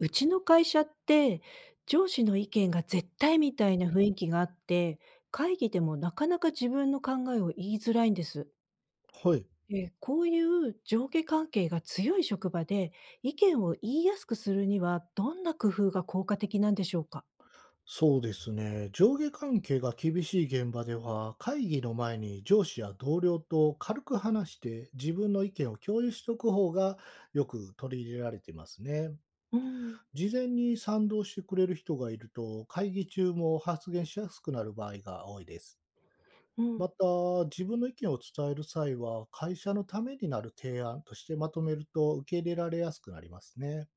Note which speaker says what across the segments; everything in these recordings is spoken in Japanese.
Speaker 1: うちの会社って、上司の意見が絶対みたいな雰囲気があって、会議でもなかなか自分の考えを言いづらいんです。
Speaker 2: はい、
Speaker 1: こういう上下関係が強い職場で意見を言いやすくするにはどんな工夫が効果的なんでしょうか？
Speaker 2: そうですね。上下関係が厳しい現場では、会議の前に上司や同僚と軽く話して自分の意見を共有しておく方がよく取り入れられていますね。
Speaker 1: うん、
Speaker 2: 事前に賛同してくれる人がいると、会議中も発言しやすくなる場合が多いです。
Speaker 1: うん。
Speaker 2: また、自分の意見を伝える際は、会社のためになる提案としてまとめると受け入れられやすくなりますね。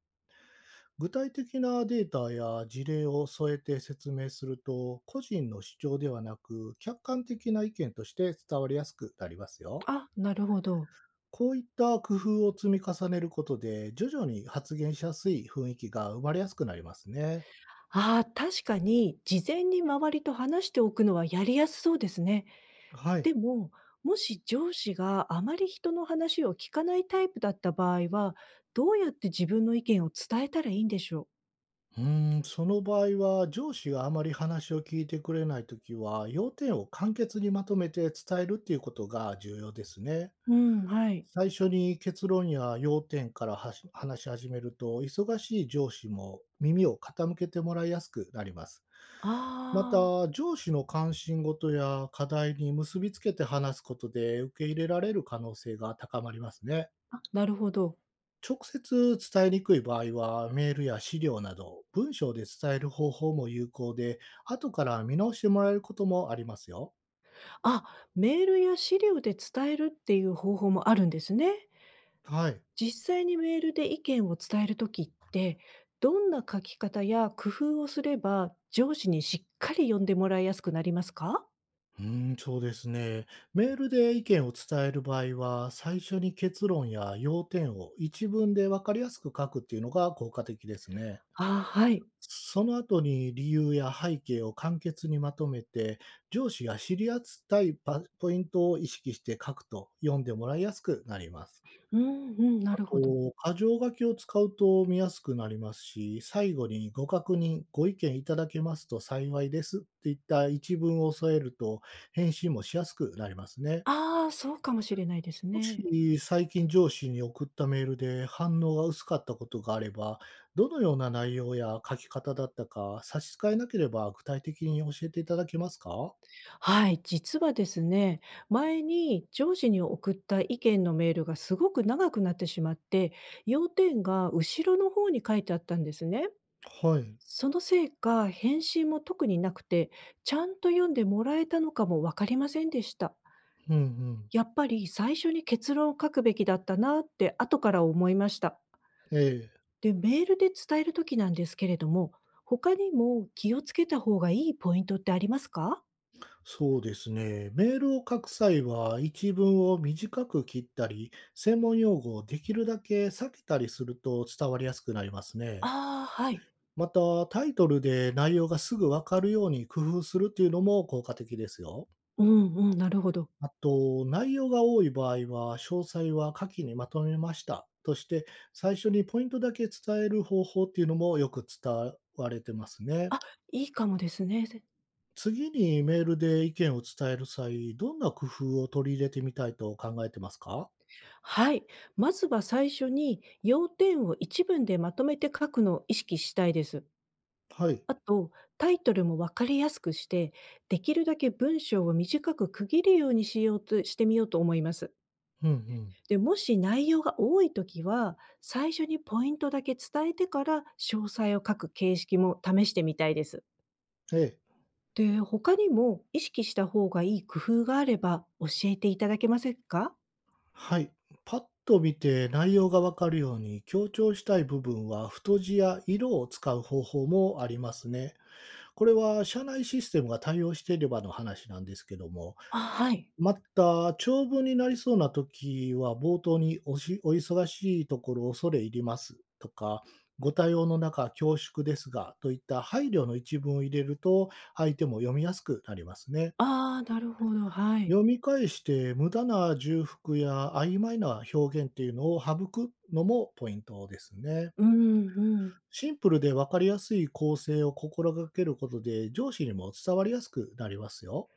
Speaker 2: 具体的なデータや事例を添えて説明すると、個人の主張ではなく、客観的な意見として伝わりやすくなりますよ。
Speaker 1: あ、なるほど。
Speaker 2: こういった工夫を積み重ねることで、徐々に発言しやすい雰囲気が生まれやすくなりますね。
Speaker 1: ああ、確かに事前に周りと話しておくのはやりやすそうですね。
Speaker 2: はい。
Speaker 1: でも、もし上司があまり人の話を聞かないタイプだった場合は、どうやって自分の意見を伝えたらいいんでしょう？
Speaker 2: うーん、その場合は、上司があまり話を聞いてくれないときは、要点を簡潔にまとめて伝えるっていうことが重要ですね。
Speaker 1: うん、はい。
Speaker 2: 最初に結論や要点から話し始めると、忙しい上司も耳を傾けてもらいやすくなります。ま
Speaker 1: ああ、
Speaker 2: た、上司の関心事や課題に結びつけて話すことで受け入れられる可能性が高まりますね。
Speaker 1: なるほど。
Speaker 2: 直接伝えにくい場合は、メールや資料など、文章で伝える方法も有効で、後から見直してもらえることもありますよ。
Speaker 1: あ、メールや資料で伝えるっていう方法もあるんですね。
Speaker 2: はい。
Speaker 1: 実際にメールで意見を伝えるときって、どんな書き方や工夫をすれば、上司にしっかり読んでもらいやすくなりますか？
Speaker 2: うーん、そうですね。メールで意見を伝える場合は、最初に結論や要点を一文で分かりやすく書くっていうのが効果的ですね。
Speaker 1: ああー、はい。
Speaker 2: その後に理由や背景を簡潔にまとめて、上司が知り合いたいポイントを意識して書くと読んでもらいやすくなります。
Speaker 1: うんうん、なるほど。
Speaker 2: と、箇条書きを使うと見やすくなりますし、最後にご確認、ご意見いただけますと幸いですっていった一文を添えると、返信もしやすくなりますね。
Speaker 1: ああ、そうかもしれないです
Speaker 2: も
Speaker 1: ね。
Speaker 2: し最近上司に送ったメールで反応が薄かったことがあれば、どのような内容や書き方だったか差し支えなければ具体的に教えていただけますか？
Speaker 1: はい、実はですね、前に上司に送った意見のメールがすごく長くなってしまって、要点が後ろの方に書いてあったんですね。
Speaker 2: はい。
Speaker 1: そのせいか、返信も特になくて、ちゃんと読んでもらえたのかもわかりませんでした。
Speaker 2: うんうん。
Speaker 1: やっぱり最初に結論を書くべきだったなって後から思いました。
Speaker 2: ええ。
Speaker 1: で、メールで伝えるときなんですけれども、他にも気をつけた方がいいポイントってありますか？
Speaker 2: そうですね。メールを書く際は、一文を短く切ったり、専門用語をできるだけ避けたりすると伝わりやすくなりますね。
Speaker 1: ああー、はい。
Speaker 2: また、タイトルで内容がすぐわかるように工夫するっていうのも効果的ですよ。
Speaker 1: うんうん、なるほど。
Speaker 2: あと、内容が多い場合は、詳細は下記にまとめましたとして、最初にポイントだけ伝える方法っていうのもよく伝われてますね。
Speaker 1: いいかもですね。ぜ
Speaker 2: 次にメールで意見を伝える際、どんな工夫を取り入れてみたいと考えてますか？
Speaker 1: はい。まずは最初に要点を一文でまとめて書くのを意識したいです。
Speaker 2: はい。
Speaker 1: あと、タイトルもわかりやすくして、できるだけ文章を短く区切るようにしようとしてみようと思います。
Speaker 2: うんうん。
Speaker 1: で、もし内容が多いときは、最初にポイントだけ伝えてから詳細を書く形式も試してみたいです。
Speaker 2: ええ。
Speaker 1: で、他にも意識した方がいい工夫があれば教えていただけませんか？
Speaker 2: はい。パッと見て内容がわかるように強調したい部分は太字や色を使う方法もありますね。これは社内システムが対応していればの話なんですけども。
Speaker 1: あ、はい。
Speaker 2: また、長文になりそうな時は、冒頭にお忙しいところ恐れ入りますとか、ご対応の中恐縮ですがといった配慮の一文を入れると、相手も読みやすくなりますね。
Speaker 1: ああ、なるほど、はい。
Speaker 2: 読み返して無駄な重複や曖昧な表現っていうのを省くのもポイントですね。
Speaker 1: うんうん。
Speaker 2: シンプルで分かりやすい構成を心がけることで、上司にも伝わりやすくなりますよ。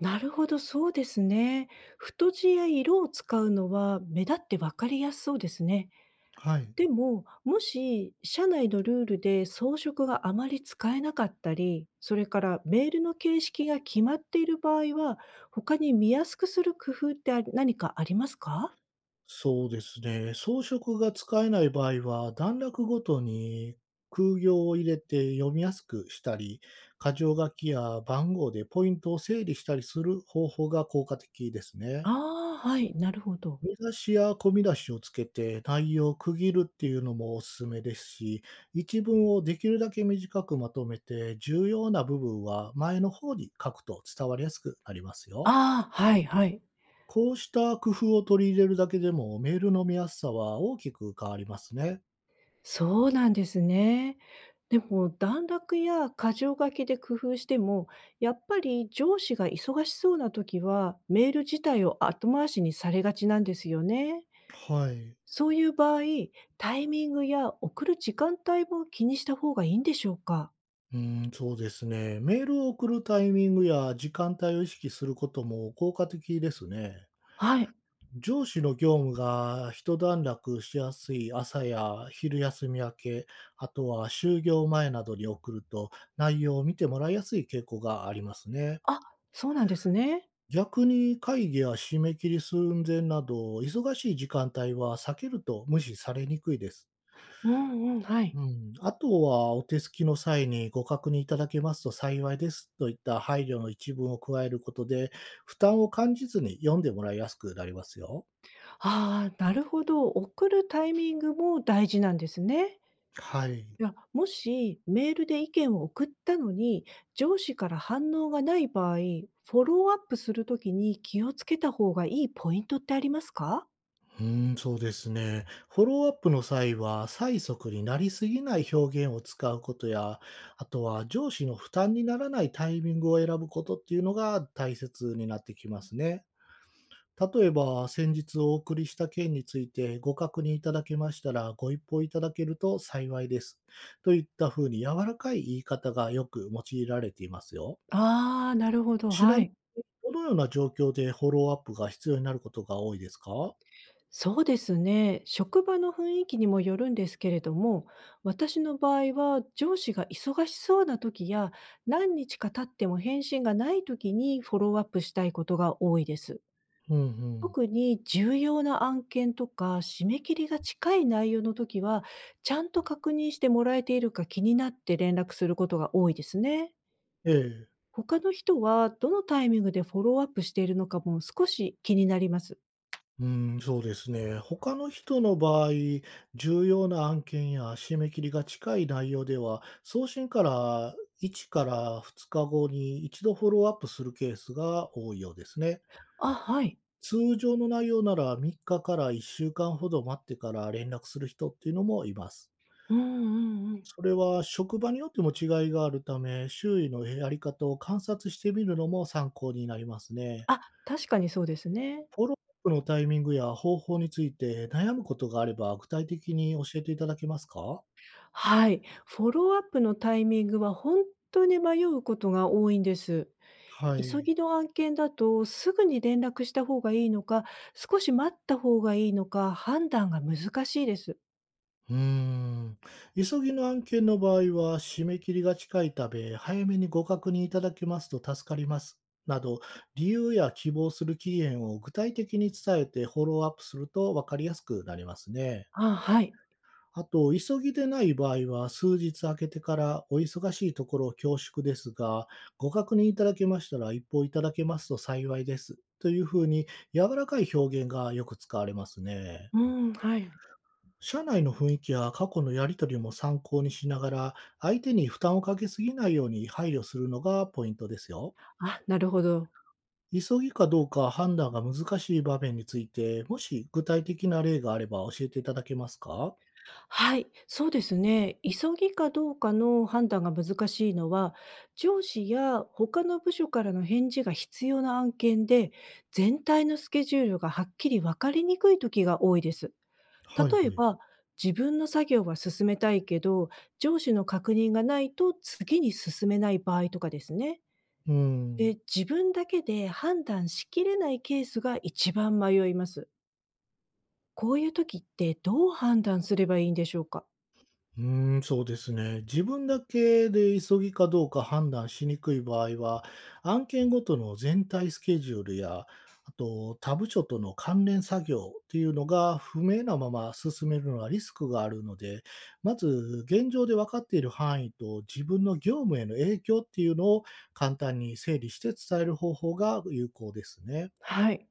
Speaker 1: なるほど、そうですね。太字や色を使うのは目立って分かりやすそうですね。
Speaker 2: はい。
Speaker 1: でも、もし社内のルールで装飾があまり使えなかったり、それからメールの形式が決まっている場合は、他に見やすくする工夫ってあり何かありますか？
Speaker 2: そうですね。装飾が使えない場合は、段落ごとに空行を入れて読みやすくしたり、箇条書きや番号でポイントを整理したりする方法が効果的ですね。
Speaker 1: ああー、はい、なるほど。
Speaker 2: 見出しや込み出しをつけて内容を区切るっていうのもおすすめですし、一文をできるだけ短くまとめて、重要な部分は前の方に書くと伝わりやすくなりますよ。
Speaker 1: ああ、はいはい。
Speaker 2: こうした工夫を取り入れるだけでも、メールの見やすさは大きく変わりますね。
Speaker 1: そうなんですね。でも段落や箇条書きで工夫しても、やっぱり上司が忙しそうな時は、メール自体を後回しにされがちなんですよね。
Speaker 2: はい。
Speaker 1: そういう場合、タイミングや送る時間帯も気にした方がいいんでしょうか？
Speaker 2: うん、そうですね。メールを送るタイミングや時間帯を意識することも効果的ですね。
Speaker 1: はい。
Speaker 2: 上司の業務が一段落しやすい朝や昼休み明け、あとは就業前などに送ると内容を見てもらいやすい傾向がありますね。
Speaker 1: あ、そうなんですね。
Speaker 2: 逆に会議や締め切り寸前など忙しい時間帯は避けると無視されにくいです。
Speaker 1: うんうん、はい。
Speaker 2: うん、あとはお手すきの際にご確認いただけますと幸いですといった配慮の一文を加えることで、負担を感じずに読んでもらいやすくなりますよ。
Speaker 1: ああ、なるほど。送るタイミングも大事なんですね。
Speaker 2: はい。
Speaker 1: いや、もしメールで意見を送ったのに、上司から反応がない場合、フォローアップするときに気をつけた方がいいポイントってありますか？
Speaker 2: うん、そうですね。フォローアップの際は、催促になりすぎない表現を使うことや、あとは上司の負担にならないタイミングを選ぶことっていうのが大切になってきますね。例えば、先日お送りした件についてご確認いただけましたら、ご一報いただけると幸いです。といったふうに柔らかい言い方がよく用いられていますよ。
Speaker 1: ああー、なるほど。
Speaker 2: ちな
Speaker 1: は
Speaker 2: みに、
Speaker 1: い。
Speaker 2: どのような状況でフォローアップが必要になることが多いですか？
Speaker 1: そうですね。職場の雰囲気にもよるんですけれども、私の場合は上司が忙しそうな時や、何日か経っても返信がない時にフォローアップしたいことが多いです。
Speaker 2: うんうん。
Speaker 1: 特に重要な案件とか、締め切りが近い内容の時は、ちゃんと確認してもらえているか気になって連絡することが多いですね。
Speaker 2: ええ。
Speaker 1: 他の人はどのタイミングでフォローアップしているのかも少し気になります。
Speaker 2: うん、そうですね。他の人の場合、重要な案件や締め切りが近い内容では、送信から1から2日後に一度フォローアップするケースが多いようですね。
Speaker 1: あ、はい。
Speaker 2: 通常の内容なら3日から1週間ほど待ってから連絡する人っていうのもいます。
Speaker 1: うんうんうん。
Speaker 2: それは職場によっても違いがあるため、周囲のやり方を観察してみるのも参考になりますね。
Speaker 1: あ、確かにそうですね。
Speaker 2: フォローアップのタイミングや方法について悩むことがあれば具体的に教えていただけますか？
Speaker 1: はい。フォローアップのタイミングは本当に迷うことが多いんです。
Speaker 2: は
Speaker 1: 急
Speaker 2: い。
Speaker 1: ぎの案件だと、すぐに連絡した方がいいのか、少し待った方がいいのか、判断が難しいです。
Speaker 2: うーん。急ぎの案件の場合は、締め切りが近いため、早めにご確認いただけますと助かります。など、理由や希望する期限を具体的に伝えてフォローアップすると分かりやすくなりますね。
Speaker 1: あ、はい。
Speaker 2: あと、急ぎでない場合は、数日空けてからお忙しいところ恐縮ですが、ご確認いただけましたら一報いただけますと幸いです。というふうに、柔らかい表現がよく使われますね。
Speaker 1: うん、はい。
Speaker 2: 社内の雰囲気や過去のやり取りも参考にしながら、相手に負担をかけすぎないように配慮するのがポイントですよ。
Speaker 1: あ、なるほど。
Speaker 2: 急ぎかどうか判断が難しい場面について、もし具体的な例があれば教えていただけますか？
Speaker 1: はい、そうですね。急ぎかどうかの判断が難しいのは、上司や他の部署からの返事が必要な案件で、全体のスケジュールがはっきり分かりにくい時が多いです。
Speaker 2: はい
Speaker 1: 例え
Speaker 2: はい。
Speaker 1: ば、自分の作業は進めたいけど、上司の確認がないと次に進めない場合とかですね。
Speaker 2: う
Speaker 1: で、
Speaker 2: ん。
Speaker 1: 自分だけで判断しきれないケースが一番迷います。こういう時ってどう判断すればいいんでしょうか？
Speaker 2: うーん、そうですね。自分だけで急ぎかどうか判断しにくい場合は、案件ごとの全体スケジュールや、あと、他部署との関連作業っていうのが不明なまま進めるのはリスクがあるので、まず現状で分かっている範囲と自分の業務への影響っていうのを簡単に整理して伝える方法が有効ですね。
Speaker 1: はい。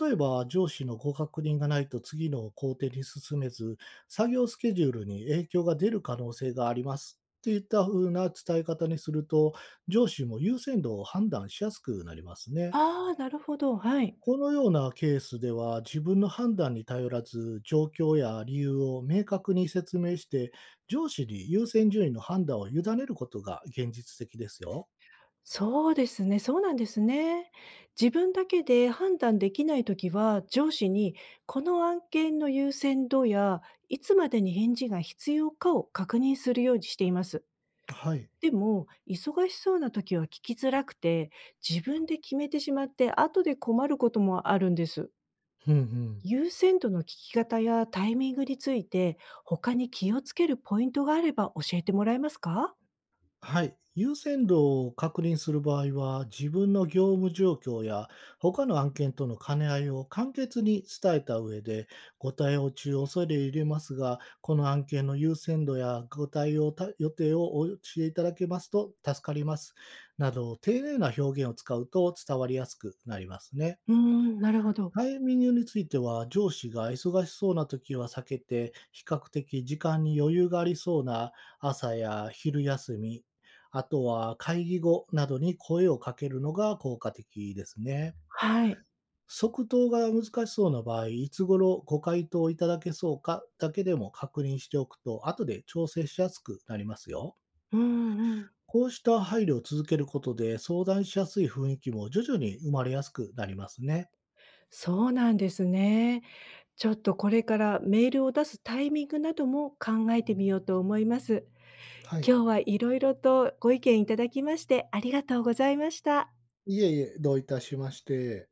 Speaker 2: 例えば、上司のご確認がないと次の工程に進めず、作業スケジュールに影響が出る可能性がありますっていった風な伝え方にすると、上司も優先度を判断しやすくなりますね。
Speaker 1: ああ、なるほど、はい。
Speaker 2: このようなケースでは、自分の判断に頼らず、状況や理由を明確に説明して、上司に優先順位の判断を委ねることが現実的ですよ。
Speaker 1: そうですね、そうなんですね。自分だけで判断できないときは、上司にこの案件の優先度や、いつまでに返事が必要かを確認するようにしています。
Speaker 2: はい。
Speaker 1: でも、忙しそうなときは聞きづらくて、自分で決めてしまって、後で困ることもあるんです。
Speaker 2: うんうん。
Speaker 1: 優先度の聞き方やタイミングについて、他に気をつけるポイントがあれば教えてもらえますか？
Speaker 2: はい。優先度を確認する場合は、自分の業務状況や他の案件との兼ね合いを簡潔に伝えた上で、ご対応中を恐れ入れますが、この案件の優先度やご対応た予定をお教えいただけますと助かります。など、丁寧な表現を使うと伝わりやすくなりますね。
Speaker 1: うーん、なるほど。
Speaker 2: タイミングについては、上司が忙しそうな時は避けて、比較的時間に余裕がありそうな朝や昼休み、あとは会議後などに声をかけるのが効果的ですね。
Speaker 1: はい。
Speaker 2: 即答が難しそうな場合、いつ頃ご回答いただけそうかだけでも確認しておくと、後で調整しやすくなりますよ。
Speaker 1: うんうん。
Speaker 2: こうした配慮を続けることで、相談しやすい雰囲気も徐々に生まれやすくなりますね。
Speaker 1: そうなんですね。ちょっとこれからメールを出すタイミングなども考えてみようと思います。
Speaker 2: はい。
Speaker 1: 今日はいろいろとご意見いただきましてありがとうございました。
Speaker 2: いえいえ、どういたしまして。